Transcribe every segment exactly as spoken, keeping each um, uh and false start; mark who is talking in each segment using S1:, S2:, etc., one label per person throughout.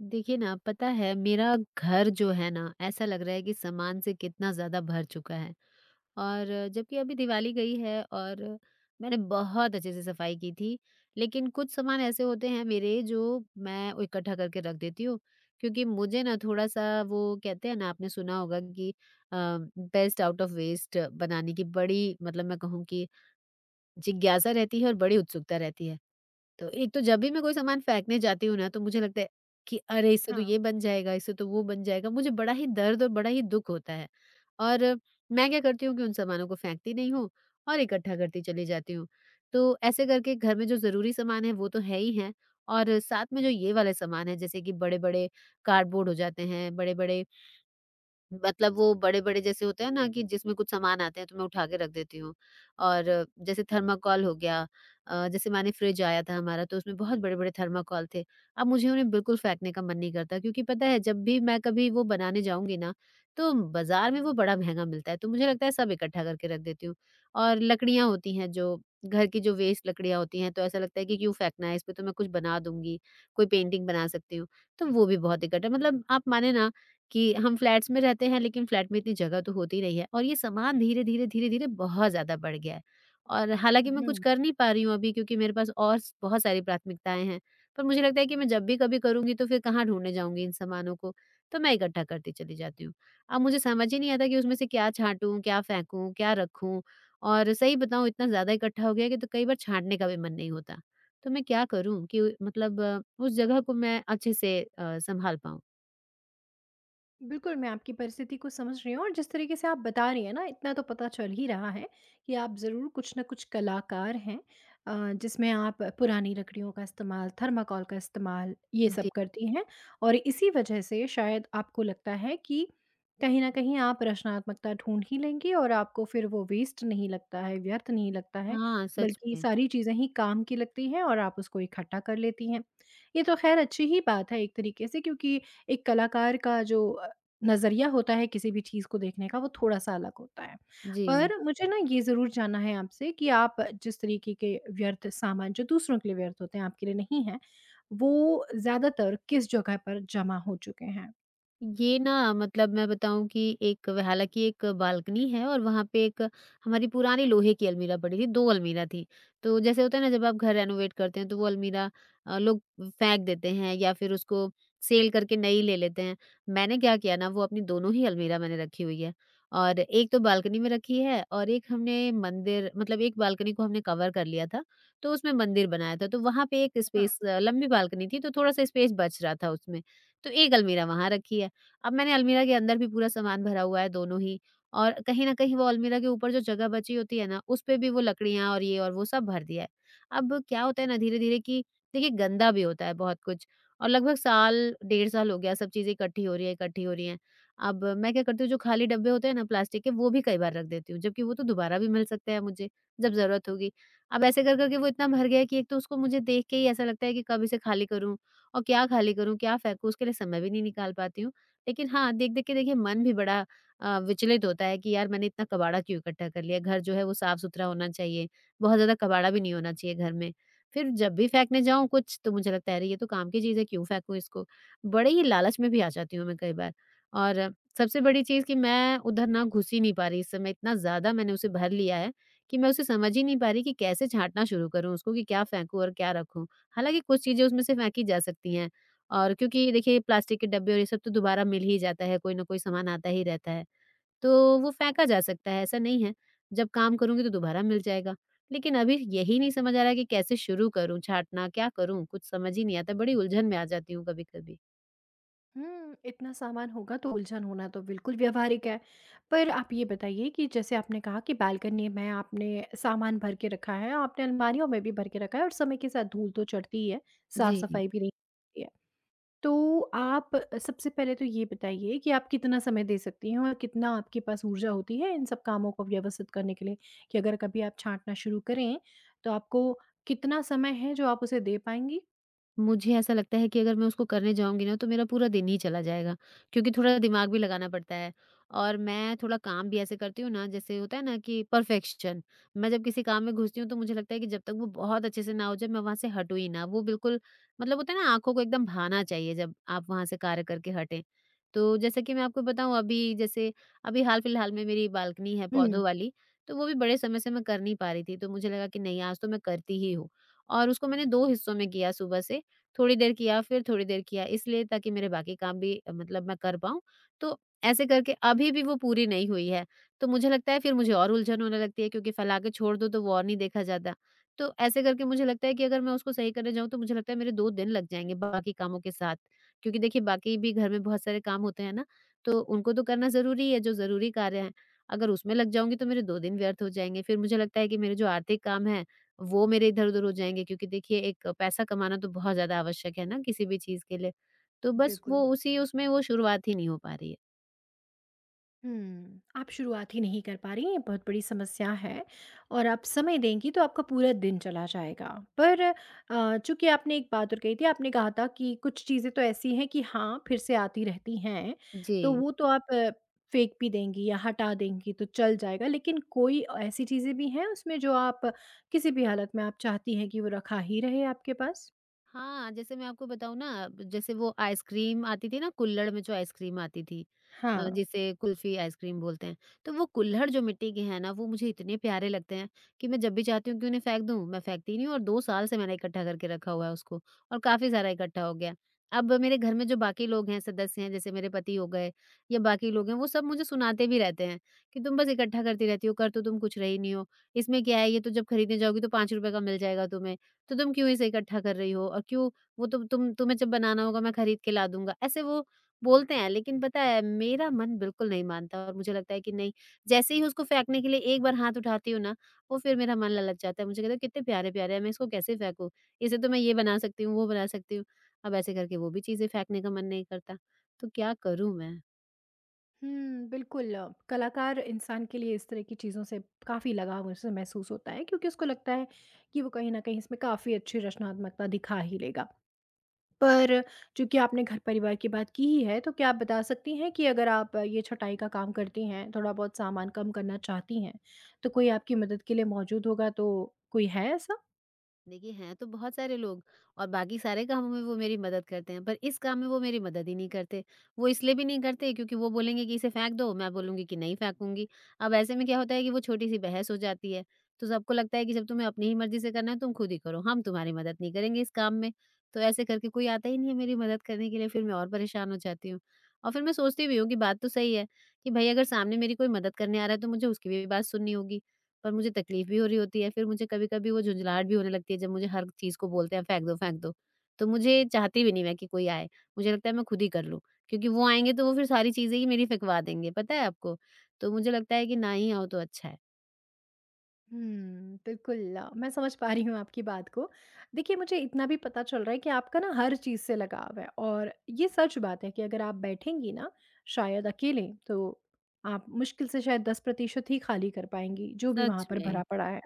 S1: देखिए ना, पता है मेरा घर जो है ना, ऐसा लग रहा है कि सामान से कितना ज़्यादा भर चुका है। और जबकि अभी दिवाली गई है और मैंने बहुत अच्छे से सफाई की थी। लेकिन कुछ सामान ऐसे होते हैं मेरे जो मैं वो इकट्ठा करके रख देती हूँ, क्योंकि मुझे ना थोड़ा-सा वो कहते हैं ना आपने सुना होगा कि अ, बेस्ट आउट ऑफ वेस्ट बनाने की बड़ी मतलब मैं कहूँ कि जिज्ञासा रहती है और बड़ी उत्सुकता रहती है। तो एक तो जब भी मैं कोई सामान फेंकने जाती हूँ ना, तो मुझे लगता है कि अरे! इससे तो
S2: हाँ,
S1: ये बन जाएगा, इससे तो वो बन जाएगा। मुझे बड़ा ही दर्द और बड़ा ही दुःख होता है। और मैं क्या करती हूँ कि उन सामानों को फेंकती नहीं हूँ और इकट्ठा करती चली जाती हूँ। तो ऐसे करके घर में जो ज़रूरी सामान है वो तो है ही है और साथ में जो ये वाले सामान है जैसे कि बड़े-बड़े कार्डबोर्ड हो जाते हैं, बड़े-बड़े मतलब वो बड़े-बड़े जैसे होते हैं ना कि जिसमें कुछ सामान आते हैं तो मैं उठा के रख देती हूँ। और जैसे थर्माकोल हो गया अ, जैसे माने फ्रिज आया था हमारा तो उसमें बहुत बड़े-बड़े थर्माकोल थे। अब मुझे उन्हें बिल्कुल फेंकने का मन नहीं करता क्योंकि पता है जब भी मैं कभी वो बनाने जाऊँगी ना, तो बाज़ार में वो बड़ा महँगा मिलता है तो मुझे लगता है सब इकट्ठा करके रख देती हूँ। और लकड़ियाँ होती हैं जो घर की जो वेस्ट लकड़ियाँ होती हैं तो ऐसा लगता है कि क्यों फेंकना है? इस पे तो मैं कुछ बना दूँगी, कोई पेंटिंग बना सकती हूँ। तो वो भी बहुत इकट्ठा मतलब आप माने ना कि हम फ्लैट्स में रहते हैं लेकिन फ्लैट में इतनी जगह तो होती नहीं है और ये सामान धीरे धीरे धीरे धीरे बहुत ज्यादा बढ़ गया है और हालांकि मैं कुछ
S2: हुँ।
S1: कर नहीं पा रही हूँ अभी क्योंकि मेरे पास और स- बहुत सारी प्राथमिकताएं हैं। पर मुझे लगता है कि मैं जब भी कभी करूंगी तो फिर कहाँ ढूंढने जाऊंगी इन सामानों को, तो मैं इकट्ठा करती चली जाती हूँ। अब मुझे समझ ही नहीं आता कि उसमें से क्या छांटूं, क्या फेंकूं, क्या रखूं। और सही बताऊं, इतना ज्यादा इकट्ठा हो गया है कि तो कई बार छांटने का भी मन नहीं होता। तो मैं क्या करूं कि मतलब अ, उस जगह को मैं अच्छे से अ, संभाल पाऊं।
S2: बिल्कुल, मैं आपकी परिस्थिति को समझ रही हूँ और जिस तरीके से आप बता रही हैं ना, इतना तो पता चल ही रहा है कि आप ज़रूर कुछ न कुछ कलाकार हैं, अ, जिसमें आप पुरानी लकड़ियों का इस्तेमाल, थर्माकोल का इस्तेमाल, ये सब करती हैं। और इसी वजह से शायद आपको लगता है कि कहीं न कहीं आप रचनात्मकता ढूँढ ही लेंगी और आपको फिर वो वेस्ट नहीं लगता है, व्यर्थ नहीं लगता है,
S1: हाँ, सच
S2: बल्कि
S1: में।
S2: सारी चीज़ें ही काम की लगती हैं और आप उसको इकट्ठा कर लेती हैं। ये तो ख़ैर अच्छी ही बात है एक तरीके से, क्योंकि एक कलाकार का जो नज़रिया होता है किसी भी चीज़ को देखने का, वो थोड़ा-सा अलग होता है।
S1: जी।
S2: पर मुझे ना ये ज़रूर जानना है आपसे कि आप जिस तरीके के व्यर्थ सामान जो दूसरों के लिए व्यर्थ होते हैं, आपके लिए नहीं हैं, वो ज़्यादातर किस जगह पर जमा हो चुके हैं?
S1: ये ना मतलब मैं बताऊँ कि एक हालाँकि एक बालकनी है और वहाँ पे एक हमारी पुरानी लोहे की अलमीरा पड़ी थी, दो अलमीरा थी। तो जैसे होता है ना जब आप घर रेनोवेट करते हैं तो वो अलमीरा अ, लोग फेंक देते हैं या फिर उसको सेल करके नई ले लेते हैं। मैंने क्या किया ना वो अपनी दोनों ही अलमीरा मैंने रखी हुई है और एक तो बालकनी में रखी है और एक हमने मंदिर मतलब एक बालकनी को हमने कवर कर लिया था, तो उसमें मंदिर बनाया था। तो वहाँ पे एक
S2: हाँ,
S1: स्पेस लंबी बालकनी थी, तो थोड़ा-सा स्पेस बच रहा था उसमें, तो एक अलमीरा वहाँ रखी है। अब मैंने अलमीरा के अंदर भी पूरा सामान भरा हुआ है दोनों ही, और कहीं न कहीं वो अलमीरा के ऊपर जो जगह बची होती है ना, उसपे भी वो लकड़ियाँ और ये और वो सब भर दिया है। अब क्या होता है ना धीरे-धीरे कि देखिए गंदा भी होता है बहुत कुछ, और लगभग साल, डेढ़ साल हो गया सब चीज़ें इकट्ठी हो रही है, इकट्ठी हो रही हैं। अब मैं क्या करती हूँ जो खाली डब्बे होते हैं ना प्लास्टिक के, वो भी कई बार रख देती हूँ, जबकि वो तो दोबारा भी मिल सकते हैं मुझे जब ज़रूरत होगी। अब ऐसे कर-कर के वो इतना भर गया है कि एक तो उसको मुझे देख के ही ऐसा लगता है कि कब इसे खाली करूँ, और क्या खाली करूँ, क्या फेंकूँ, उसके लिए समय भी नहीं निकाल पाती हूँ। लेकिन हाँ, देख-देख के देखिए मन भी बड़ा अ, विचलित होता है कि यार मैंने इतना कबाड़ा क्यों इकट्ठा कर लिया? घर जो है वो साफ-सुथरा होना चाहिए, बहुत ज़्यादा कबाड़ा भी नहीं होना चाहिए घर में। फिर जब भी फेंकने जाऊँ कुछ, तो मुझे लगता है अरे, ये तो काम की चीज़ है, क्यों फेंकूँ इसको? बड़े ही लालच में भी आ जाती हूँ मैं कई बार। और सबसे बड़ी चीज़ कि मैं उधर ना घुस ही नहीं पा रही, इस समय इतना ज़्यादा मैंने उसे भर लिया है कि मैं उसे समझ ही नहीं पा रही कि कैसे छाँटना शुरू करूँ उसको, कि क्या फेंकूँ और क्या रखूँ? हालाँकि कुछ चीज़ें उसमें से फेंकी जा सकती हैं। और क्योंकि देखिए प्लास्टिक के डब्बे और ये सब तो दोबारा मिल ही जाता है, कोई ना कोई सामान आता ही रहता है, तो वो फेंका जा सकता है, ऐसा नहीं है। जब काम करूँगी तो दोबारा मिल जाएगा। लेकिन अभी यही नहीं समझ आ रहा है कि कैसे शुरू करूँ छाँटना, क्या करूँ? कुछ समझ ही नहीं आता, बड़ी उलझन में आ जाती हूँ कभी-कभी।
S2: हुँ, इतना सामान होगा तो उलझन होना तो बिल्कुल व्यावहारिक है। पर आप ये बताइए कि जैसे आपने कहा कि बालकनी में आपने सामान भर के रखा है, आपने अलमारियों में भी भर के रखा है और समय के साथ धूल तो चढ़ती ही है,
S1: जी।
S2: साफ-सफाई भी नहीं होती है। तो आप सबसे पहले तो ये बताइए कि आप कितना समय दे सकती हैं और कितना आपके पास ऊर्जा होती है इन सब कामों को व्यवस्थित करने के लिए, कि अगर कभी आप छाँटना शुरू करें, तो आपको कितना समय है जो आप उसे दे पाएँगी?
S1: मुझे ऐसा लगता है कि अगर मैं उसको करने जाऊँगी ना, तो मेरा पूरा दिन ही चला जाएगा, क्योंकि थोड़ा दिमाग भी लगाना पड़ता है। और मैं थोड़ा काम भी ऐसे करती हूँ ना, जैसे होता है ना कि परफेक्शन, मैं जब किसी काम में घुसती हूँ तो मुझे लगता है कि जब तक वो बहुत अच्छे से ना हो जाए मैं वहाँ से हटूँ ही ना, वो बिल्कुल मतलब होता है ना आँखों को एकदम भाना चाहिए जब आप वहाँ से कार्य करके हटें। तो जैसे कि मैं आपको बताऊँ, अभी जैसे अभी हाल-फिलहाल में मेरी बालकनी है
S2: हुँ,
S1: पौधों वाली, तो वो भी बड़े समय से मैं कर नहीं पा रही थी, तो मुझे लगा कि नहीं, आज तो मैं करती ही हूँ, और उसको मैंने दो हिस्सों में किया सुबह से। थोड़ी देर किया, फिर थोड़ी देर किया, इसलिए ताकि मेरे बाकी काम भी अ, मतलब मैं कर पाऊँ। तो ऐसे करके अभी भी वो पूरी नहीं हुई है, तो मुझे लगता है फिर मुझे और उलझन होने लगती है, क्योंकि फैला के छोड़ दो तो वो और नहीं देखा जाता। तो ऐसे करके मुझे लगता है कि अगर मैं उसको सही करने जाऊँ तो मुझे लगता है मेरे दो दिन लग जाएँगे बाकी कामों के साथ। क्योंकि देखिए बाकी भी घर में बहुत सारे काम होते हैं ना, तो उनको तो करना ज़रूरी है, जो ज़रूरी कार्य हैं। अगर उसमें लग जाऊँगी तो मेरे दो दिन व्यर्थ हो जाएँगे। फिर मुझे लगता है कि मेरे जो आर्थिक काम हैं वो मेरे इधर-उधर हो जाएँगे, क्योंकि देखिए एक पैसा कमाना तो बहुत ज़्यादा आवश्यक है ना किसी भी चीज़ के लिए। तो बस वो
S2: बिल्कुल।
S1: उसी उसमें वो शुरुआत ही नहीं हो पा रही है।
S2: हुँ, आप शुरुआत ही नहीं कर पा रही, ये बहुत बड़ी समस्या है और आप समय देंगी तो आपका पूरा दिन चला जाएगा। पर अ, चूँकि आपने एक बात और कही थी, आपने कहा था कि कुछ चीज़ें तो ऐसी हैं कि हाँ, फिर से आती रहती हैं,
S1: जी।
S2: तो वो तो आप अ, फेंक भी देंगी या हटा देंगी तो चल जाएगा, लेकिन कोई ऐसी चीज़ें भी हैं उसमें जो आप किसी भी हालत में आप चाहती हैं कि वो रखा ही रहे आपके पास?
S1: हाँ, जैसे मैं आपको बताऊँ ना, जैसे वो आइसक्रीम आती थी ना, कुल्हड़ में जो आइसक्रीम आती थी, अ,
S2: हाँ।
S1: जिसे कुल्फ़ी आइसक्रीम बोलते हैं, तो वो कुल्हड़ जो मिट्टी के हैं ना, वो मुझे इतने प्यारे लगते हैं कि मैं जब भी चाहती हूँ कि उन्हें फेंक दूँ, मैं फेंकती ही नहीं हूँ, और दो साल से मैंने इकट्ठा करके रखा हुआ है उसको, और काफ़ी सारा इकट्ठा हो गया। अब मेरे घर में जो बाकी लोग हैं, सदस्य हैं, जैसे मेरे पति हो गए या बाकी लोग हैं, वो सब मुझे सुनाते भी रहते हैं कि, "तुम बस इकट्ठा करती रहती हो, कर तो तुम कुछ रही नहीं हो। इसमें क्या है, ये तो जब खरीदने जाओगी तो ₹पांच रुपए का मिल जाएगा तुम्हें। तो तुम क्यों इसे इकट्ठा कर रही हो, और क्यों वो तो तुम तुम्हें जब बनाना होगा मैं खरीद के ला दूँगा।" ऐसे वो बोलते हैं, लेकिन पता है मेरा मन बिल्कुल नहीं मानता और मुझे लगता है कि नहीं, जैसे ही उसको फेंकने के लिए एक बार हाथ उठाती हूँ ना, वो फिर मेरा मन ललक जाता है। मुझे कहता है कितने प्यारे-प्यारे हैं, मैं इसको कैसे फेंकूँ? इसे तो मैं ये बना सकती हूँ, वो बना सकती हूँ। अब ऐसे करके वो भी चीज़ें फेंकने का मन नहीं करता। तो क्या करूँ मैं?
S2: हुँ, बिल्कुल। अ, कलाकार इंसान के लिए इस तरह की चीज़ों से काफ़ी लगाव उसे महसूस होता है, क्योंकि उसको लगता है कि वो कहीं न कहीं इसमें काफ़ी अच्छी रचनात्मकता दिखा ही लेगा। पर चूँकि आपने घर-परिवार की बात की ही है, तो क्या आप बता सकती हैं कि अगर आप अ, ये छँटाई का काम करती हैं, थोड़ा-बहुत सामान कम करना चाहती हैं, तो कोई आपकी मदद के लिए मौजूद होगा, तो कोई है ऐसा?
S1: देखिए, हैं तो बहुत सारे लोग, और बाकी सारे कामों में वो मेरी मदद करते हैं, पर इस काम में वो मेरी मदद ही नहीं करते। वो इसलिए भी नहीं करते क्योंकि वो बोलेंगे कि इसे फेंक दो, मैं बोलूँगी कि नहीं फेंकूँगी। अब ऐसे में क्या होता है कि वो छोटी-सी बहस हो जाती है, तो सबको लगता है कि जब तुम्हें अपनी ही मर्ज़ी से करना है, तुम खुद ही करो, हम तुम्हारी मदद नहीं करेंगे इस काम में। तो ऐसे करके कोई आता ही नहीं है मेरी मदद करने के लिए, फिर मैं और परेशान हो जाती हूँ। और फिर मैं सोचती भी हूँ कि बात तो सही है कि भई अगर सामने मेरी कोई मदद करने आ रहा है, तो मुझे उसकी भी बात सुननी होगी। पर मुझे तकलीफ भी हो रही होती है, फिर मुझे कभी-कभी वो झुँझलाहट भी होने लगती है जब मुझे हर चीज़ को बोलते हैं फेंक दो, फेंक दो। तो मुझे चाहती भी नहीं मैं कि कोई आए, मुझे लगता है मैं खुद ही कर लूँ, क्योंकि वो आएँगे तो वो फिर सारी चीज़ें ही मेरी फेंकवा देंगे, पता है आपको? तो मुझे लगता है कि ना ही आओ तो अच्छा है,
S2: हुँ, बिल्कुल, अ, मैं समझ पा रही हूँ आपकी बात को। देखिए, मुझे इतना भी पता चल रहा है कि आपका ना हर चीज़ से लगाव है और ये सच बात है कि अगर आप बैठेंगी ना शायद अकेले, तो आप मुश्किल से शायद दस प्रतिशत ही खाली कर पाएँगी, जो भी वहाँ
S1: सच
S2: पर
S1: में।
S2: भरा पड़ा है।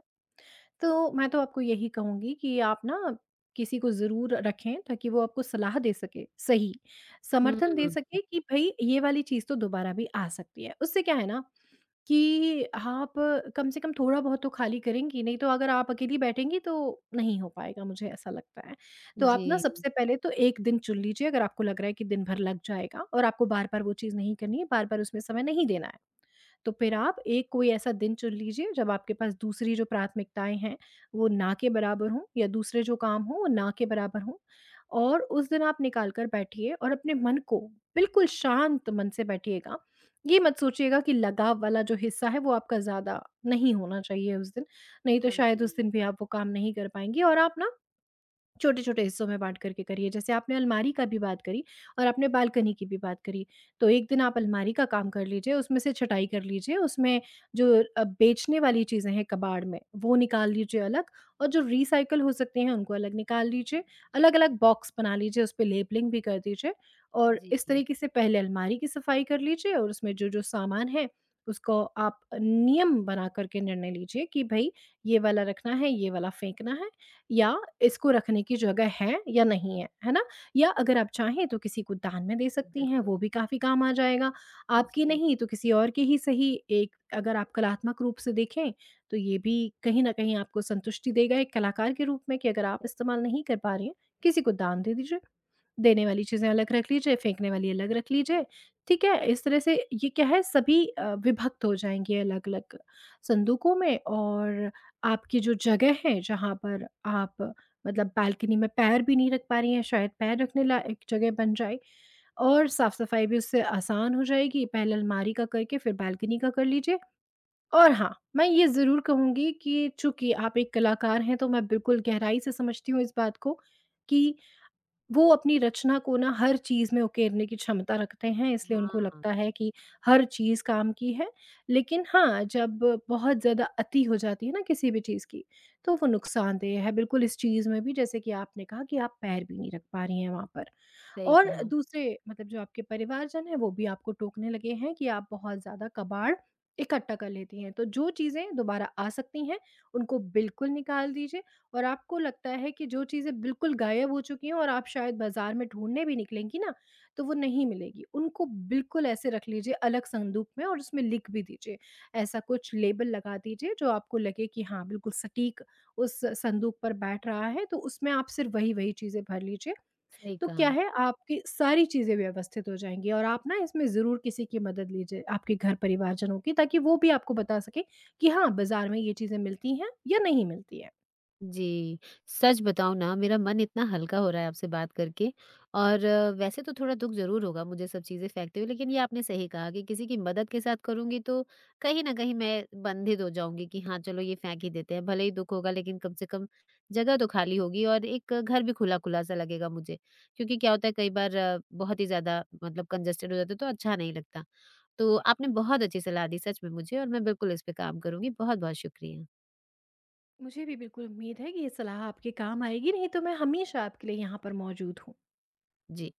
S2: तो मैं तो आपको यही कहूँगी कि आप ना किसी को ज़रूर रखें, ताकि वो आपको सलाह दे सके, सही
S1: हुँ,
S2: समर्थन दे सके कि भई ये वाली चीज़ तो दोबारा भी आ सकती है। उससे क्या है ना, कि आप कम से कम थोड़ा बहुत तो खाली करेंगी, नहीं तो अगर आप अकेली बैठेंगी तो नहीं हो पाएगा, मुझे ऐसा लगता है। तो आप
S1: जी,
S2: ना सबसे पहले तो एक दिन चुन लीजिए, अगर आपको लग रहा है कि दिन भर लग जाएगा और आपको बार-बार वो चीज़ नहीं करनी है, बार-बार उसमें समय नहीं देना है। तो फिर आप एक कोई ऐसा दिन चुन लीजिए, जब आपके पास दूसरी जो प्राथमिकताएँ हैं, वो ना के बराबर हों या दूसरे जो काम हों, वो ना के बराबर हों और उस दिन आप निकाल कर बैठिए और अपने मन को बिल्कुल शांत मन से बैठिएगा। ये मत सोचिएगा कि लगाव वाला जो हिस्सा है, वो आपका ज़्यादा नहीं होना चाहिए उस दिन, नहीं तो शायद
S1: समझी।
S2: उस दिन भी आप वो काम नहीं कर पाएँगे और आप ना छोटे-छोटे हिस्सों में बाँट करके करिए। जैसे आपने अलमारी का भी बात करी और आपने बालकनी की भी बात करी। तो एक दिन आप अलमारी का काम कर लीजिए, उसमें से छँटाई कर लीजिए, उसमें जो अ, बेचने वाली चीज़ें हैं कबाड़ में, वो निकाल लीजिए अलग और जो रिसाइकल हो सकती हैं, उनको अलग निकाल लीजिए। अलग-अलग बॉक्स बना लीजिए, उसपे लेबलिंग भी कर दीजिए और इस
S1: जी,
S2: तरीके से पहले अलमारी की सफाई कर लीजिए और उसमें जो-जो सामान है, उसको आप नियम बना कर के निर्णय लीजिए कि भई, ये वाला रखना है, ये वाला फेंकना है या इसको रखने की जगह है या नहीं है, है ना? या अगर आप चाहें तो किसी को दान में दे सकती हैं,
S1: बिल्कुल।
S2: वो भी काफ़ी काम आ जाएगा। आपकी
S1: जी,
S2: नहीं तो किसी और की ही सही, एक अगर आप कलात्मक रूप से देखें, तो ये भी कहीं न कहीं आपको संतुष्टि देगा एक कलाकार के रूप में कि अगर आप इस्तेमाल नहीं कर पा रही हैं, किसी को दान दे दीजिए। देने वाली चीज़ें अलग रख लीजिए, फेंकने वाली अलग रख लीजिए, ठीक है? इस तरह से ये क्या है, सभी अ, विभक्त हो जाएँगे अलग-अलग संदूकों में और आपकी जो जगह है जहाँ पर आप मतलब बालकनी में पैर भी नहीं रख पा रही हैं, शायद पैर रखने लायक जगह बन जाए और साफ-सफाई भी उससे आसान हो जाएगी। पहले अलमारी का करके फिर बालकनी का कर लीजिए और हाँ, मैं ये ज़रूर कहूँगी कि चूँकि आप एक कलाकार हैं, तो मैं बिल्कुल गहराई से समझती हूँ इस बात को कि वो अपनी रचना को ना हर चीज़ में उकेरने की क्षमता रखते हैं, इसलिए उनको
S1: हाँ,
S2: लगता है कि हर चीज़ काम की है। लेकिन हाँ, जब बहुत ज़्यादा अति हो जाती है ना किसी भी चीज़ की, तो वो नुकसानदेह है बिल्कुल, इस चीज़ में भी जैसे कि आपने कहा कि आप पैर भी नहीं रख पा रही हैं वहाँ पर।
S1: सही
S2: और
S1: कहा,
S2: दूसरे मतलब जो आपके परिवारजन हैं, वो भी आपको टोकने लगे हैं कि आप बहुत ज़्यादा कबाड़ इकट्ठा कर लेती हैं। तो जो चीज़ें दोबारा आ सकती हैं, उनको बिल्कुल निकाल दीजिए और आपको लगता है कि जो चीज़ें बिल्कुल गायब हो चुकी हैं और आप शायद बाज़ार में ढूँढने भी निकलेंगी ना, तो वो नहीं मिलेगी। उनको बिल्कुल ऐसे रख लीजिए अलग संदूक में और उसमें लिख भी दीजिए। ऐसा कुछ लेबल लगा दीजिए जो आपको लगे कि हाँ, बिल्कुल सटीक उस संदूक पर बैठ रहा है, तो उसमें आप सिर्फ़ वही-वही चीज़ें भर लीजिए।
S1: सही
S2: तो
S1: कहा।
S2: क्या है, आपकी सारी चीज़ें व्यवस्थित हो जाएँगी और आप ना इसमें ज़रूर किसी की मदद लीजिए, आपके घर परिवारजनों की, ताकि वो भी आपको बता सकें कि हाँ, बाज़ार में ये चीज़ें मिलती हैं या नहीं मिलती हैं।
S1: जी, सच बताऊँ ना मेरा मन इतना हल्का हो रहा है आपसे बात करके, और अ, वैसे तो थोड़ा दुःख ज़रूर होगा मुझे सब चीज़ें फेंकते हुए, लेकिन ये आपने सही कहा कि किसी की मदद के साथ करूँगी तो कहीं न कहीं मैं बंधित हो जाऊँगी कि हाँ, चलो ये फेंक ही देते हैं। भले ही दुःख होगा लेकिन कम से कम जगह तो खाली होगी और एक घर भी खुला-खुला सा लगेगा मुझे। क्योंकि क्या होता है कई बार अ, बहुत ही ज़्यादा मतलब कंजेस्टेड हो जाता है तो अच्छा नहीं लगता। तो आपने बहुत अच्छी सलाह दी सच में मुझे, और मैं बिल्कुल इस पे काम करूँगी। बहुत-बहुत शुक्रिया।
S2: मुझे भी बिल्कुल उम्मीद है कि ये सलाह आपके काम आएगी, नहीं तो मैं हमेशा आपके लिए यहाँ पर मौजूद हूँ।
S1: जी।